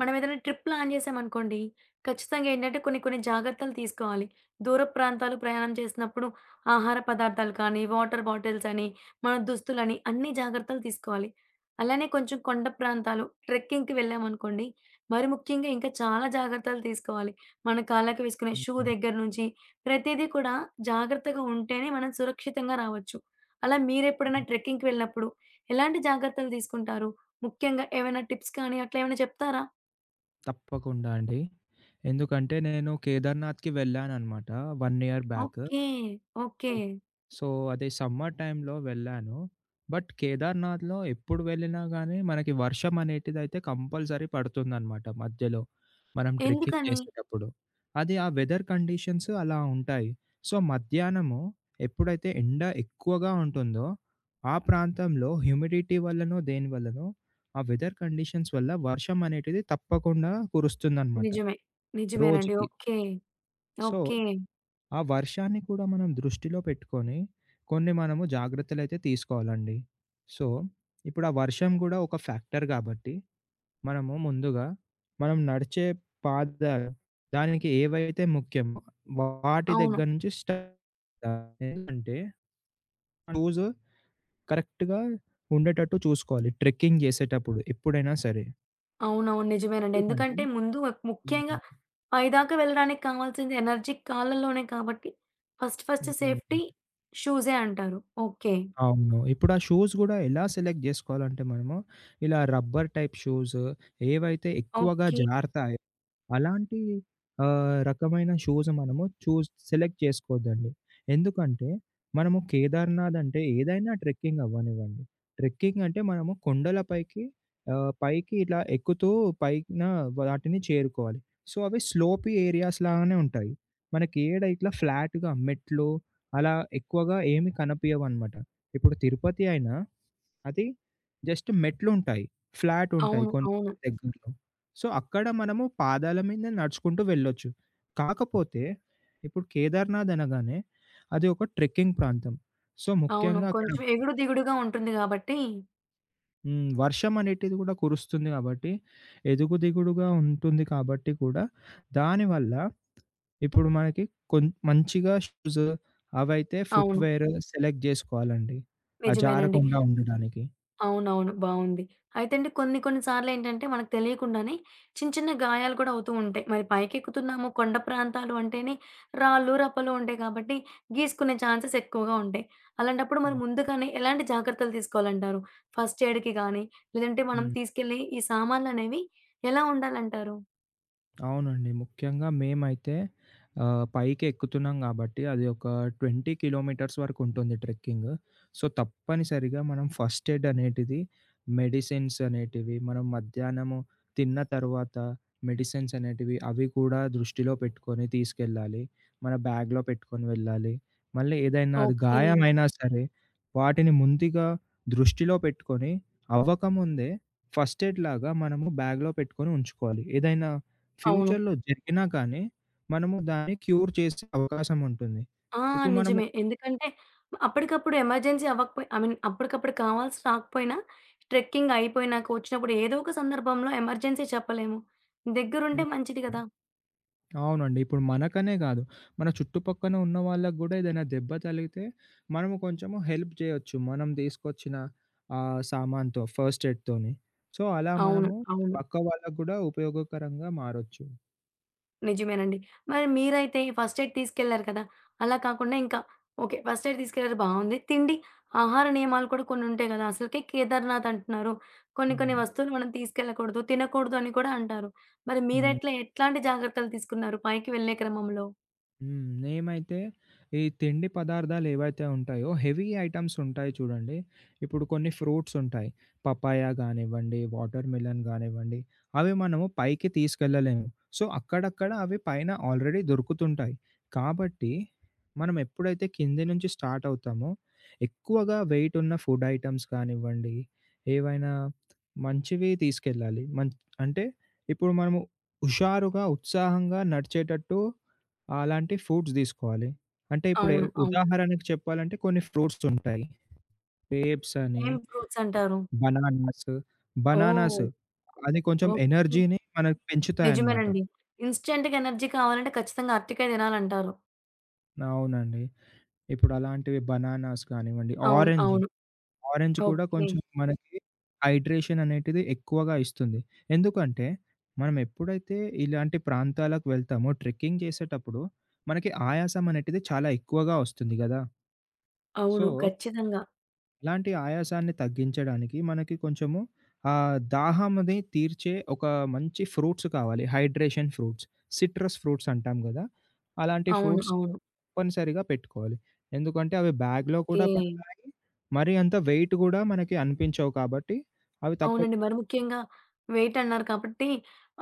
మనం ఏదైనా trip plan చేసామనుకోండి, ఖచ్చితంగా ఏంటంటే కొన్ని కొన్ని జాగ్రత్తలు తీసుకోవాలి. దూర ప్రాంతాలు ప్రయాణం చేసినప్పుడు ఆహార పదార్థాలు కానీ, వాటర్ బాటిల్స్ అని, మన దుస్తులని అన్ని జాగ్రత్తలు తీసుకోవాలి. అలానే కొంచెం కొండ ప్రాంతాలు ట్రెక్కింగ్‌కి వెళ్ళామనుకోండి, మరి ముఖ్యంగా ఇంకా చాలా జాగ్రత్తలు తీసుకోవాలి. మన కాళ్ళకి వేసుకునే షూ హ్మ్. దగ్గర నుంచి ప్రతీదీ కూడా జాగ్రత్తగా ఉంటేనే మనం సురక్షితంగా రావచ్చు. అలా మీరెప్పుడైనా హ్మ్. ట్రెక్కింగ్‌కి వెళ్ళినప్పుడు ఎలాంటి జాగ్రత్తలు తీసుకుంటారు? ముఖ్యంగా ఏమైనా టిప్స్ కానీ అట్లా ఏమైనా చెప్తారా? తప్పకుండా అండి. ఎందుకంటే నేను కేదార్‌నాథ్‌కి వెళ్ళాననమాట 1 year back. Okay. Okay. So, అదే సమ్మర్ టైమ్‌లో వెళ్ళాను. బట్ కేదార్‌నాథ్‌లో ఎప్పుడు వెళ్ళినా గానీ, మనకి వర్షం అనేటిదైతే కంపల్సరీ పడుతుందనమాట మధ్యలో. మనం ట్రెక్కింగ్ ఎందుకని? చేసేటప్పుడు. అది ఆ వెదర్ కండిషన్స్ అలా ఉంటాయి. సో, మధ్యాహ్నము ఎప్పుడైతే ఎండ ఎక్కువగా ఉంటుందో, ఆ ప్రాంతంలో హ్యూమిడిటీ వల్లనో, దేని వల్లనో ఆ వెదర్ కండిషన్స్ వల్ల వర్షం అనేటిది తప్పకుండా కురుస్తుందనమాట నిజమే. నిజమేనండి. రోజుకి. ఓకే. So, okay. ఆ వర్షాన్ని కూడా మనం దృష్టిలో పెట్టుకొని, కొన్ని మనము జాగ్రత్తలైతే తీసుకోవాలండి. సో, ఇప్పుడు ఆ వర్షం గూడా ఒక ఫ్యాక్టర్ గాబట్టి, మనము ముందుగా మనం నడిచే పాదాలు, దానికి ఏవైతే ముఖ్యమో వాటి అవును. దగ్గర నుంచి స్టార్ట్. ఎందుకంటే షూస్ కరెక్ట్‌గా ఉండేటట్టు చూసుకోవాలి ట్రెక్కింగ్ జేసేటప్పుడు ఎప్పుడైనా సరే. అవునవును. నిజమేనండి. ఎందుకంటే ఎందుకంటే ముందు ముఖ్యంగా హ్మ్. పైదాకా వెళ్ళడానికి కావాల్సింది ఎనర్జీ కాళ్ళలోనే కాబట్టి ఫస్ట్ ఫస్ట్ హ్మ్. సేఫ్టీ షూజే అంటారు. ఓకే. అవును. ఇప్పుడు ఆ షూస్ గూడా ఎలా సెలెక్ట్ జేసుకోవాలంటే మనము, ఇలా రబ్బర్ టైప్ షూస్ ఏవైతే ఎక్కువగా ఓకే. జారతాయో అలాంటి రకమైన షోస్ మనము సెలెక్ట్ చేసుకోవద్దండి. ఎందుకంటే, మనము కేదార్‌నాథ్ అంటే ఏదైనా ట్రెక్కింగ్ అవ్వనివ్వండి. ట్రెక్కింగ్ అంటే మనము కొండల పైకి, పైకి ఇలా ఎక్కుతూ పైన వాటిని చేరుకోవాలి. సో, అవి స్లోపీ ఏరియాస్ లాగానే ఉంటాయి. మనకి ఏడ ఇట్లా ఫ్లాట్‌గా మెట్లు అలా ఎక్కువగా ఏమి కనిపియవనమాట. ఇప్పుడు తిరుపతి అయినా అది జస్ట్ మెట్లుంటాయి. ఫ్లాట్ ఉంటాయి అవును. కొన్ని అవును. దగ్గరలో. సో, అక్కడ మనము పాదాల మీదనే నడుచుకుంటూ వెళ్ళొచ్చు. కాకపోతే ఇప్పుడు కేదార్‌నాథ్ అనగానే అది ఒక ట్రెక్కింగ్ ప్రాంతం. సో, అవును. ముఖ్యంగా అక్కడ కొంచెం ఎగుడు దిగుడుగా ఉంటుంది కాబట్టి వర్షం అనేటిది కూడా కురుస్తుంది కాబట్టి, ఎదుగు దిగుడుగా ఉంటుంది కాబట్టి కూడా దానివల్ల ఇప్పుడు మనకి మంచిగా షూస్ అవైతే అవును. ఫుట్‌వేర్ సెలెక్ట్ జేసుకోవాలండి, ఆ నిజమేనండి. జారకుండా ఉండడానికి. అవునవును. బావుంది. అయితే అండి కొన్ని కొన్ని సార్లేంటంటే మనకు తెలియకుండానే చిన్న చిన్న గాయాలు కూడా అవుతూ ఉంటాయి. మరి పైకెక్కుతున్నాము కొండ ప్రాంతాలు అంటేనే రాళ్ళు, రప్పలు ఉంటాయి కాబట్టి గీసుకునే ఛాన్సెస్ ఎక్కువగా ఉంటాయి. అలాంటప్పుడు మరి హ్మ్. ముందుగానే ఎలాంటి జాగ్రత్తలు తీసుకోవాలంటారు? ఫస్ట్ ఎయిడ్‌కి గానీ, లేదంటే మనం హ్మ్. తీసుకెళ్ళే ఈ సామాన్లనేవి ఎలా ఉండాలంటారు? అవునండి. ముఖ్యంగా మేమైతే పైకి ఎక్కుతున్నాం గాబట్టి అది ఒక 20 కిలోమీటర్స్ వరకు ఉంటుంది ట్రెక్కింగ్. సో, తప్పనిసరిగా మనం ఫస్ట్ ఎయిడ్ అనేటిది, మెడిసిన్స్ అనేటివి, మనం మధ్యాహ్నము తిన్న తర్వాత మెడిసిన్స్ అనేటివి అవి కూడా దృష్టిలో పెట్టుకొని తీసుకెళ్ళాలి. మన బ్యాగ్‌లో పెట్టుకొని వెళ్ళాలి. మళ్ళీ ఏదైనా అది ఓకే. గాయమైనా సరే వాటిని ముందుగా దృష్టిలో పెట్టుకొని, అవ్వకముందే ఫస్ట్ ఎయిడ్ లాగా మనము బ్యాగ్‌లో పెట్టుకొని ఉంచుకోవాలి. ఏదైనా అవును. ఫ్యూచర్‌లో జరిగినా కానీ, మనము దాన్ని క్యూర్ చేసే అవకాశం ఉంటుంది. ఆ! ఇప్పుడు మనము నిజమే. ఎందుకంటే అప్పటికప్పుడు ఎమర్జెన్సీ అవ్వకపోయి ఐ మీన్ అప్పటికప్పుడు కావాల్సి రాకపోయినా ట్రెక్కింగ్ అయిపోయినాక వచ్చినప్పుడు ఏదో ఒక సందర్భంలో ఎమర్జెన్సీ చెప్పలేము. దగ్గరుంటే హ్మ్. మంచిది గదా! అవునండి. ఇప్పుడు మనకనే కాదు, మన చుట్టుపక్కన ఉన్న వాళ్ళకి గూడా ఏదైనా దెబ్బ తలిగితే, మనము కొంచెము హెల్ప్ జేయొచ్చు మనం తీసుకొచ్చిన సామాన్‌తో, ఫస్ట్ ఎయిడ్‌తోని. సో, అలా అవును. మనము అవును. పక్క వాళ్ళకి గూడా ఉపయోగకరంగా మారొచ్చు. నిజమేనండి. మరి మీరైతే ఫస్ట్ ఎయిడ్ తీసుకెళ్లారు కదా! అలా కాకుండా ఇంకా ఓకే. ఫస్ట్ ఎయిడ్ తీసుకెళ్లారు బావుంది. తిండి, ఆహార నియమాలు కూడా కొన్ని ఉంటాయి గదా! అసలకే కేదార్‌నాథ్ అంటున్నారు. కొన్ని కొన్ని హ్మ్. వస్తువులు మనం తీసుకెళ్ళకూడదు, తినకూడదు అని కూడా అంటారు. మరి హ్మ్. మీరట్లా ఎట్లాంటి జాగ్రత్తలు తీసుకున్నారు పైకి వెళ్ళే క్రమంలో? హ్మ్. మేమైతే ఈ తిండి పదార్థాలు ఏవైతే ఉంటాయో, హెవీ ఐటెమ్స్ ఉంటాయి చూడండి. ఇప్పుడు కొన్ని ఫ్రూట్స్ ఉంటాయి. పపాయ గానివ్వండి, వాటర్ మిలన్ గానివ్వండి, అవి మనము పైకి తీసుకెళ్ళలేము. సో, అక్కడక్కడ అవి పైన ఆల్రెడీ దొరుకుతుంటాయి. కాబట్టి, మనం ఎప్పుడైతే కింది నుంచి స్టార్ట్ అవుతామో, ఎక్కువగా వెయిట్ ఉన్న ఫుడ్ ఐటెమ్స్ కానివ్వండి, ఏవైనా మంచివి తీసుకెళ్ళాలి. అంటే ఇప్పుడు మనము హుషారుగా, ఉత్సాహంగా నడిచేటట్టు అలాంటి ఫ్రూట్స్ తీసుకోవాలి. అంటే ఇప్పుడు అవును. అవును. ఉదాహరణకి చెప్పాలంటే కొన్ని ఫ్రూట్స్ ఉంటాయి. గ్రేప్స్ అని, ఏం ఫ్రూట్స్ అంటారు? బనానాస్, బనానాస్ ఓహ్! అది కొంచెం ఓకే. ఎనర్జీని మనకు పెంచుతాయన్నమాట. నిజమేనండి. ఇన్‌స్టంట్‌గా ఎనర్జీ కావాలంటే ఖచ్చితంగా అరటికాయ తినాలంటారు. అవునండి. ఇప్పుడు అలాంటివి బనానాస్ కానివ్వండి, అవును. అవును. ఆరెంజ్ కూడా ఓకే. కొంచెం మనకి హైడ్రేషన్ అనేటిది ఎక్కువగా ఇస్తుంది. ఎందుకంటే మనం ఎప్పుడైతే ఇలాంటి ప్రాంతాలకు వెళ్తామో ట్రెక్కింగ్ చేసేటప్పుడు మనకి ఆయాసం అనేటిది చాలా ఎక్కువగా వస్తుంది గదా! సో, అవును. ఖచ్చితంగా. ఇలాంటి ఆయాసాన్ని తగ్గించడానికి మనకి కొంచెము దాహామది తీర్చే ఒక మంచి ఫ్రూట్స్ కావాలి. Hydration fruits. సిట్రస్ ఫ్రూట్స్ అంటాం గదా! అలాంటి అవును. ఫ్రూట్స్ అవును. తప్పనిసరిగా పెట్టుకోవాలి. ఎందుకంటే అవి బ్యాగ్‌లో ఓకే. కూడా పడతాయి. మరి అంత వెయిట్ గూడా మనకి అనిపించవు కాబట్టి అవి అవునండి. తప్పకుండా. మరి ముఖ్యంగా వెయిట్ అన్నారు కాబట్టి,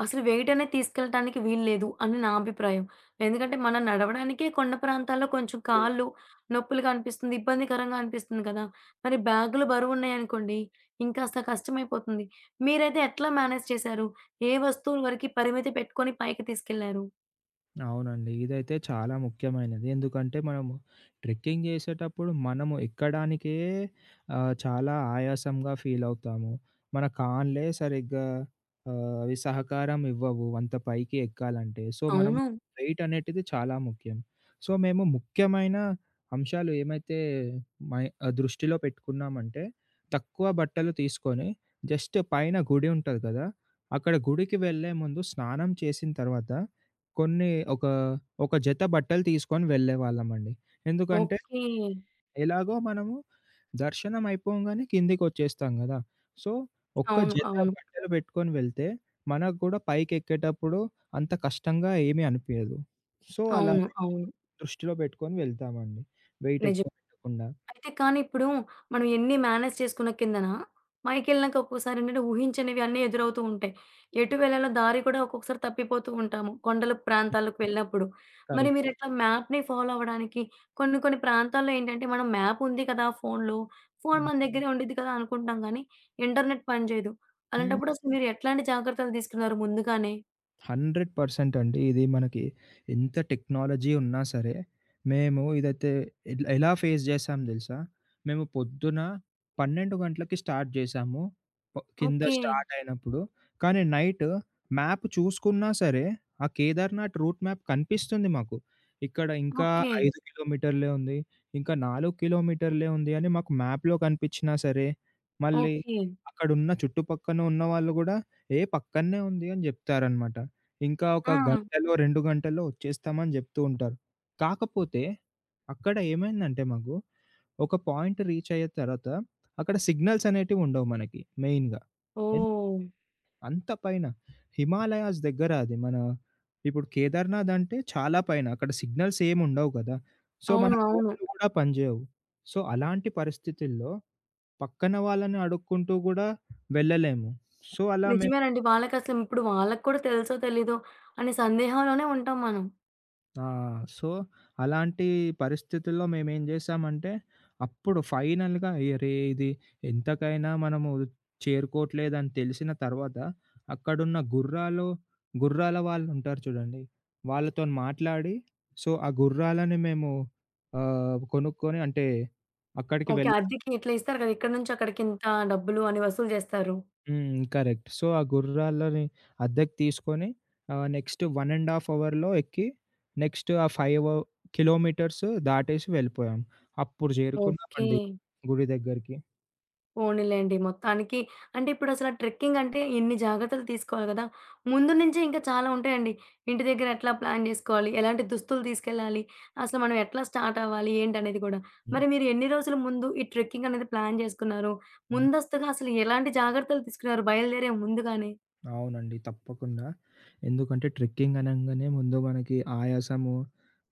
అసలు వెయిట్ అనేది తీసుకెళ్ళటానికి వీల్లేదు అని నా అభిప్రాయం. ఎందుకంటే మనం నడవడానికే కొండ ప్రాంతాల్లో కొంచెం కాళ్ళు నొప్పులుగా అనిపిస్తుంది, ఇబ్బందికరంగా అనిపిస్తుంది కదా! మరి బ్యాగులు బరువున్నాయనుకోండి ఇంకాస్త కష్టమైపోతుంది. మీరైతే ఎట్లా మేనేజ్ చేశారు? ఏ వస్తువుల వరకి పరిమితి పెట్టుకొని పైకి తీసుకెళ్లారు? అవునండి, ఇదైతే చాలా ముఖ్యమైనది. ఎందుకంటే మనము ట్రెక్కింగ్ చేసేటప్పుడు మనము ఎక్కడానికే చాలా ఆయాసంగా ఫీల్ అవుతాము. మన కాన్లే సరిగ్గా అవి సహకారం ఇవ్వవు అంత పైకి ఎక్కాలంటే. సో, మనం అవును. వెయిట్ అనేటిది చాలా ముఖ్యం. సో, మేము ముఖ్యమైన అంశాలు ఏమైతే దృష్టిలో పెట్టుకున్నామంటే, తక్కువ బట్టలు తీసుకొని, జస్ట్ పైన గుడి ఉంటది కదా! అక్కడ గుడికి వెళ్ళే ముందు స్నానం చేసిన తర్వాత కొన్ని ఒక, ఒక జత బట్టలు తీసుకొని వెళ్ళేవాళ్ళమండి. ఎందుకంటే ఓకే. ఎలాగో మనము దర్శనం అయిపోంగానే కిందకొచ్చేస్తాం గదా! సో, ఒక్క అవును. జత అవును. బట్టలు పెట్టుకొని వెళ్తే మనకు గూడా పైకెక్కేటప్పుడు అంత కష్టంగా ఏమీ అనిపియదు. సో, అలా అవును. అవును. దృష్టిలో పెట్టుకొని వెళ్తామండి, వెయిట్ నిజం. ఎక్కువ పెట్టకుండా. అయితే కానీ ఇప్పుడు మనం ఎన్ని మేనేజ్ చేసుకున్న కిందన, పైకెళ్ళినాక ఒక్కోసారి ఏంటంటే ఊహించనివి అన్నీ ఎదురవుతూ ఉంటాయి. ఎటు వెళ్ళాలో దారి కూడా ఒక్కొక్కసారి తప్పిపోతూ ఉంటాము. కొండల ప్రాంతాలకు వెళ్ళినప్పుడు. మరి కరెక్ట్. మీరట్లా మ్యాప్‌ని ఫాలో అవ్వడానికి కొన్ని కొన్ని ప్రాంతాల్లో ఏంటంటే మనం మ్యాప్ ఉంది కదా ఫోనులో, ఫోను మన దగ్గరే ఉండిద్ది కదా అనుకుంటాం కానీ ఇంటర్నెట్ పనిచేయదు. హ్మ్. అలాంటప్పుడు అసలు మీరు ఎట్లాంటి జాగ్రత్తలు తీసుకున్నారు ముందుగానే? 100% అండి. ఇది మనకి ఎంత టెక్నాలజీ ఉన్నా సరే, మేము ఇదైతే ఎలా ఫేస్ చేసాం తెలుసా? మేము పొద్దున 12 గంటలకి స్టార్ట్ చేసాము, కింద ఓకే. స్టార్ట్ అయినప్పుడు. కానీ నైట్ మ్యాప్ చూసుకున్నా సరే, ఆ కేదార్‌నాథ్ రూట్ మ్యాప్ కనిపిస్తుంది మాకు. ఇక్కడ ఇంకా ఓకే. 5 కిలోమీటర్లే ఉంది. ఇంకా 4 కిలోమీటర్లే ఉంది అని మాకు మ్యాప్‌లో కనిపించినా సరే, మళ్ళీ ఓకే. అక్కడున్న చుట్టుపక్కన ఉన్నవాళ్ళు కూడా ఏ పక్కనే ఉంది అని చెప్తారనమాట. ఇంకా ఒక ఆ! గంటలో, 2 గంటల్లో వచ్చేస్తామని జెప్తూ ఉంటారు. కాకపోతే అక్కడ ఏమైందంటే మాకు ఒక పాయింట్ రీచ్ అయ్యే తర్వాత అక్కడ సిగ్నల్స్ అనేటివుండవు మనకి మెయిన్‌గా. ఎన్ ఓహ్! అంత పైన హిమాలయాస్ దగ్గర అది. మన ఇప్పుడు కేదార్‌నాథ్ అంటే చాలా పైన. అక్కడ సిగ్నల్స్ ఏముండవు కదా! సో, మన అవును. అవును. ఫోన్‌లు గూడా పనిజేయవు. సో, అలాంటి పరిస్థితుల్లో పక్కన వాళ్ళని అడుక్కుంటూ గూడా వెళ్ళలేము. సో, అలా మేము. నిజమేనండి. వాళ్ళకసలు ఇప్పుడు వాళ్ళకి కూడా తెలుసో తెలీదో అనే సందేహంలోనే ఉంటాం మనం. ఆ! సో, అలాంటి పరిస్థితుల్లో మేమేం జేశామంటే, అప్పుడు ఫైనల్‌గా అరే, ఇది ఎంతకైనా మనము చేరుకోవట్లేదని తెలిసిన తర్వాత, అక్కడున్న గుర్రాలు, గుర్రాల వాళ్ళుంటారు చూడండి, వాళ్ళతోని మాట్లాడి, సో, ఆ గుర్రాలని మేము కొనుక్కొని అంటే, అక్కడికి ఓకే. వెళ్ళ. అద్దెకి ఇట్లా ఇస్తారు కదా! ఇక్కడి నుంచి అక్కడికింత డబ్బులు అని వసూలు జేస్తారు. హ్మ్. కరెక్ట్. సో, ఆ గుర్రాలని అద్దెకు తీసుకొని నెక్స్ట్ 1 ½ అవర్‌లో ఎక్కి నెక్స్ట్ ఆ 5 కిలోమీటర్స్ దాటేసి వెళ్ళిపోయాం. అప్పుడు ఓకే. చేరుకున్నామండి గుడి దగ్గరికి. పోనీలెండి. మొత్తానికి అంటే ఇప్పుడసల ట్రెక్కింగ్ అంటే ఇన్ని జాగ్రత్తలు తీసుకోవాలి గదా! ముందు నుంచే ఇంకా చాలా ఉంటాయండి. ఇంటి దగ్గర ఎట్లా ప్లాన్ జేసుకోవాలి? ఎలాంటి దుస్తులు తీసుకెళ్ళాలి? అసలు మనం ఎట్లా స్టార్ట్ అవ్వాలి? ఏంటనేది గూడా. మరి మీరు ఎన్ని రోజుల ముందు ఈ ట్రెక్కింగ్ అనేది ప్లాన్ జేసుకున్నారు? హ్మ్. ముందస్తుగా అసలు ఎలాంటి జాగ్రత్తలు తీసుకున్నారు బయలుదేరే ముందుగానే? అవునండి, తప్పకుండా. ఎందుకంటే ట్రెక్కింగ్ అనంగానే ముందు మనకి ఆయాసము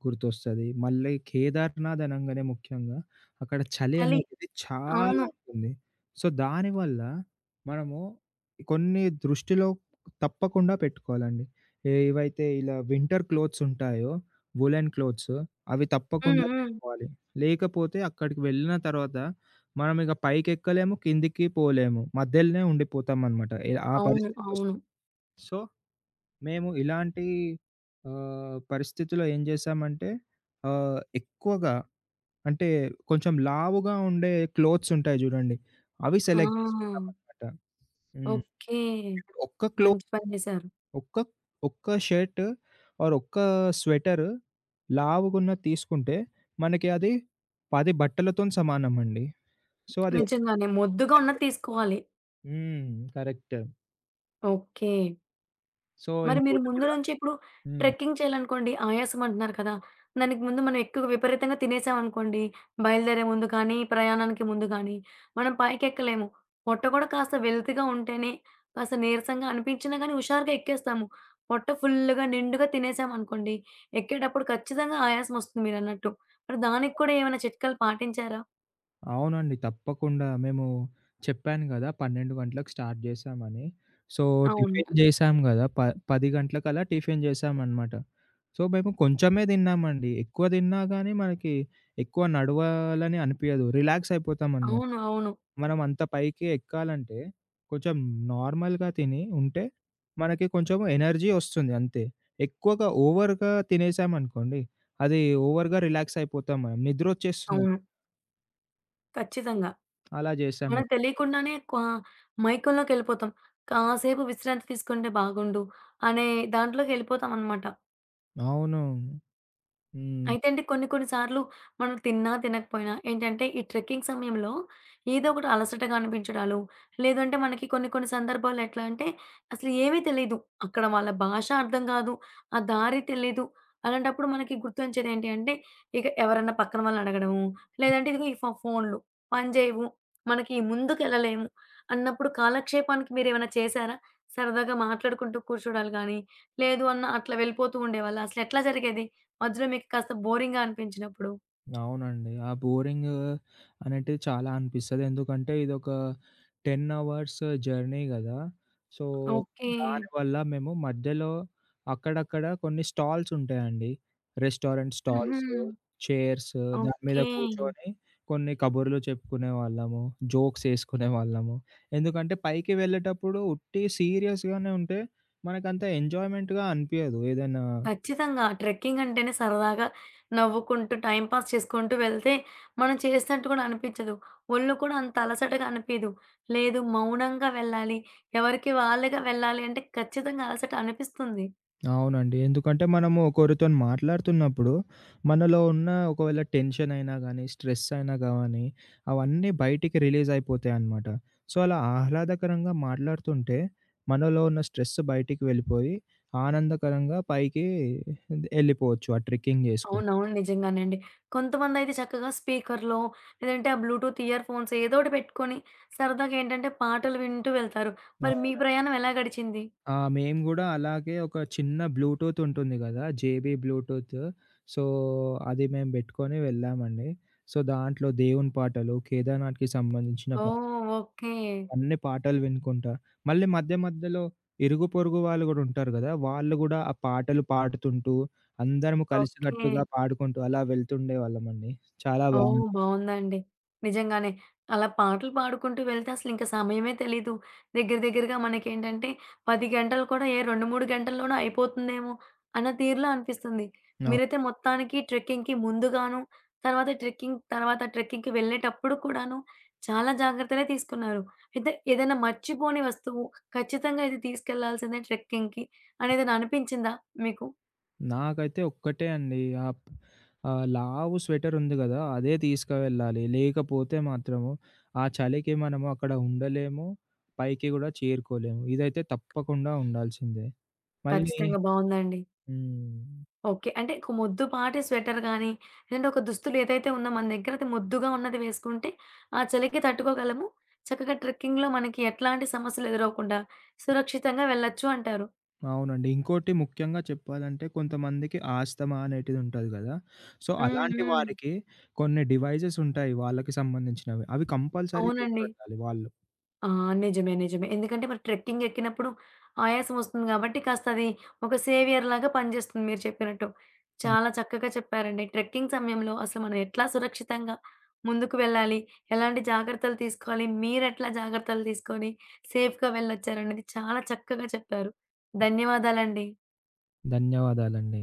గుర్తొస్తది. మళ్ళీ కేదార్‌నాథ్ అనంగానే ముఖ్యంగా అక్కడ చలి చలి అనేది చాలా అవును. ఉంటుంది. సో, దానివల్ల మనము కొన్ని దృష్టిలో తప్పకుండా పెట్టుకోవాలండి. ఏవైతే ఇలా వింటర్ క్లోత్స్ ఉంటాయో, వూలెన్ క్లోత్స్, అవి హ్మ్. తప్పకుండా హ్మ్. పెట్టుకోవాలి. లేకపోతే అక్కడికి వెళ్ళిన తర్వాత మనం ఇక పైకెక్కలేము, కిందికి పోలేము. మధ్యలోనే ఉండిపోతామనమాట. ఆ అవును. పరిస్థితొస్తుంది. అవును. సో, మేము ఇలాంటి పరిస్థితిలో ఏం జేశామంటే ఎక్కువగా అంటే కొంచెం లావుగా ఉండే క్లోత్స్ ఉంటాయి జూడండి, అవి సెలెక్ట్ ఆ! జేసుకున్నామనమాట. హ్మ్. ఓకే. ఇప్పుడు మంచి పని చేశారు. ఒక్క ఒక్క షర్ట్ ఆర్ ఒక్క స్వెటర్ లావుగున్నది తీసుకుంటే మనకి అది 10 బట్టలతోని సమానమండి. సో, అది ఒక్కటి నిజంగానే. మొద్దుగా సరిపోదు. ఉన్నది తీసుకోవాలి. హ్మ్. కరెక్ట్. ఓకే. సో, మరి మీరు ఇంకోటి ముందు కూడా. నుంచి ఇప్పుడు హ్మ్. ట్రెక్కింగ్ చేయాలనుకోండి, ఆయాసం అంటున్నారు కదా! దానికి ముందు మనం ఎక్కువ విపరీతంగా తినేసామనుకోండి, బయలుదేరే ముందు కానీ, ప్రయాణానికి ముందు కానీ, మనం పైకెక్కలేము. పొట్ట కూడా కాస్త వెల్తీగా ఉంటేనే, కాస్త నీరసంగా అనిపించినా కానీ హుషారుగా ఎక్కేస్తాము. పొట్ట ఫుల్‌గా నిండుగా తినేసామనుకోండి, ఎక్కేటప్పుడు ఖచ్చితంగా ఆయాసం వస్తుంది మీరన్నట్టు. మరి దానికి కూడా ఏమైనా చిట్కాలు పాటించారా? అవునండి, తప్పకుండా. మేము చెప్పాను గదా, 12 గంటలకు స్టార్ట్ జేశామని. సో, అవును. టిఫిన్ జేశాం గదా! 10 గంటలకలా టిఫిన్ జేశామనమాట. సో, మేము కొంచెమే తిన్నామండి. ఎక్కువ తిన్నా గానీ మనకి ఎక్కువ నడవాలని అనిపియదు. రిలాక్స్ అయిపోతామనమాట. అవును. అవును. మనం అంత పైకి ఎక్కాలంటే కొంచెం నార్మల్‌గా తిని ఉంటే మనకి కొంచెం ఎనర్జీ ఒస్తుంది అంతే. ఎక్కువగా ఓవర్‌గా తినేసామనుకోండి అది ఓవర్‌గా రిలాక్స్ అయిపోతాం మనం. నిద్రొచ్చేస్తుందప్పుడు. అవును. ఖచ్చితంగా. అలా జేశాం. మనకు తెలియకుండానే మైకంలోకెళ్ళిపోతాం. కాసేపు విశ్రాంతి తీసుకుంటే బాగుండు అనే దాంట్లోకెళ్ళిపోతామనమాట. అవును. హ్మ్. అయితే అండి కొన్ని కొన్ని సార్లు మనం తిన్నా, తినకపోయినా ఏంటంటే ఈ ట్రెక్కింగ్ సమయంలో ఏదో ఒకటి అలసటగా అనిపించడాలు, లేదంటే మనకి కొన్ని కొన్ని సందర్భాల్లో ఎట్లా అంటే అసలు ఏమీ తెలీదు. అక్కడ వాళ్ళ భాష అర్థం కాదు. ఆ దారి తెలీదు. అలాంటప్పుడు మనకి గుర్తొచ్చేది ఏంటి అంటే ఇక ఎవరన్నా పక్కన వాళ్ళని అడగడము, లేదంటే ఇదిగో ఈ ఫోన్‌లు పనిచేయవు. మనకి ముందుకెళ్ళలేము అన్నప్పుడు కాలక్షేపానికి మీరేమైనా చేశారా? సరదాగా మాట్లాడుకుంటూ కూర్చోడాలు గానీ, లేదు అన్న అట్లా వెళ్ళిపోతూ ఉండేవాళ్ళా? అసలెట్లా జరిగేది? మధ్యలో మీకు కాస్త బోరింగ్‌గా అనిపించినప్పుడు. అవునండి. ఆ బోరింగ్ అనేటిది చాలా అనిపిస్తది. ఎందుకంటే ఇదొక 10 అవర్స్ జర్నీ గదా! So, okay. దానివల్ల మేము మధ్యలో అక్కడక్కడ కొన్ని స్టాల్స్ ఉంటాయండి. రెస్టారెంట్ హుహు. స్టాల్స్, చైర్స్, దాని మీద ఓకే. కూర్చొని కొన్ని కబుర్లు చెప్పుకునేవాళ్ళము. జోక్స్ యేసుకునేవాళ్ళము. ఎందుకంటే పైకి వెళ్ళేటప్పుడు ఉట్టి సీరియస్‌గానే ఉంటే మనకంత ఎంజాయ్‌మెంట్‌గా అనిపియదు ఏదైనా. ఖచ్చితంగా. ట్రెక్కింగ్ అంటేనే సరదాగా నవ్వుకుంటూ, టైమ్ పాస్ చేసుకుంటూ వెళ్తే మనం చేసినట్టు కూడా అనిపించదు. ఒళ్ళు కూడా అంత అలసటగా అనిపియదు. లేదు మౌనంగా వెళ్ళాలి, ఎవరికి వాళ్ళుగా వెళ్ళాలి అంటే ఖచ్చితంగా అలసట అనిపిస్తుంది. అవునండి. ఎందుకంటే మనము ఒకరితోని మాట్లాడుతున్నప్పుడు మనలో ఉన్న ఒకవేళ టెన్షన్ అయినా గానీ, స్ట్రెస్ అయినా గానీ అవన్నీ బయటికి రిలీజ్ అయిపోతాయన్నమాట. సో, అలా ఆహ్లాదకరంగా మాట్లాడుతుంటే మనలో ఉన్న స్ట్రెస్ బయటికి వెళ్ళిపోయి ఆనందకరంగా పైకి ఎళ్ళిపోవచ్చు ఆ ట్రెక్కింగ్ చేసుకుంటూ. అవునవును. నిజంగానే అండి. కొంతమందయితే చక్కగా స్పీకర్‌లో లేదంటే ఆ బ్లూటూత్ ఇయర్ ఫోన్స్ ఏదో ఒకటి పెట్టుకొని సరదాగా ఏంటంటే పాటలు వింటూ వెళ్తారు. మరి మీ అవునండి. ప్రయాణం ఎలా గడిచింది? ఆ! మేము గూడా అలాగే ఒక చిన్న బ్లూటూత్ ఉంటుంది గదా, జేబీ బ్లూటూత్. సో, అది మేము బెట్టుకొని వెళ్ళామండి. సో, దాంట్లో దేవుని పాటలు, కేదార్‌నాథ్‌కి సంబంధించిన ఓహ్! ఓకే. అన్ని పాటలు వినుకుంటా. మళ్ళీ మధ్య మధ్యలో ఇరుగు పొరుగు వాళ్ళు గూడా ఉంటారు గదా! వాళ్ళు గూడా ఆ పాటలు పాడుతుంటూ, అందరము ఓకే. కలిసికట్టుగా పాడుకుంటూ అలా వెళ్తుండేవాళ్ళమండి. చాలా ఓహ్! బాగుంది. బావుందండి. నిజంగానే. అలా పాటలు పాడుకుంటూ వెళ్తే అసలింక సమయమే తెలీదు. దగ్గర దగ్గరగా మనకేంటంటే 10 గంటలు కూడా ఏ 2, 3 గంటల్లోనే అయిపోతుందేమో అన్న తీరులో అనిపిస్తుంది. అవును. మీరైతే మొత్తానికి ట్రెక్కింగ్‌కి ముందుగాను, తర్వాత ట్రెక్కింగ్‌కి వెళ్ళేటప్పుడు కూడాను చాలా జాగ్రత్తలే తీసుకున్నారు. అయితే ఏదైనా మర్చిపోని వస్తువు ఖచ్చితంగా ఇది తీసుకెళ్లాల్సిందే ట్రెక్కింగ్‌కి అనేదేమైనా అనిపించిందా మీకు? నాకైతే ఒక్కటే అండి. ఆప్ లావు స్వెటర్ ఉంది గదా, అదే తీసుకువెళ్ళాలి. లేకపోతే మాత్రము ఆ చలికి మనము అక్కడ ఉండలేము. పైకి గూడా చేరుకోలేము. ఇదైతే తప్పకుండా ఉండాల్సిందే. మళ్ళీ ఖచ్చితంగా బావుందండి. హ్మ్. ఓకే. అంటే ఒక మొద్దు పాటి స్వెటర్ గాని, లేదంటే ఒక దుస్తులు ఏదైతే ఉందో మన దగ్గర అది మొద్దుగా ఉన్నది వేసుకుంటే, ఆ చలికి తట్టుకోగలము. చక్కగా ట్రెక్కింగ్‌లో మనకి ఎట్లాంటి సమస్యలు ఎదురవ్వకుండా సురక్షితంగా వెళ్ళొచ్చు అంటారు. అవునండి. ఇంకోటి ముఖ్యంగా చెప్పాలంటే కొంతమందికి ఆస్తమా అనేటిది ఉంటది గదా! సో, హ్మ్. అలాంటి హ్మ్. వారికి కొన్ని డివైజెస్ ఉంటాయి వాళ్ళకి సంబంధించినవి. అవి కంపల్సరీ అవునండి. తీసుకెళ్ళాలి వాళ్ళు. ఆ! నిజమే. నిజమే. ఎందుకంటే మరి ట్రెక్కింగ్ ఎక్కినప్పుడు ఆయాసం వస్తుంది గాబట్టి కాస్త అది ఒక సేవియర్‌లాగా పనిజేస్తుంది మీరు చెప్పినట్టు. హ్మ్. చాలా చక్కగా చెప్పారండి. ట్రెక్కింగ్ సమయంలో అసలు మనం ఎట్లా సురక్షితంగా ముందుకు వెళ్ళాలి, ఎలాంటి జాగ్రత్తలు తీసుకోవాలి, మీరెట్లా జాగ్రత్తలు తీసుకొని సేఫ్‌గా వెళ్ళొచ్చారనేది చాలా చక్కగా చెప్పారు. ధన్యవాదాలండి. ధన్యవాదాలండి.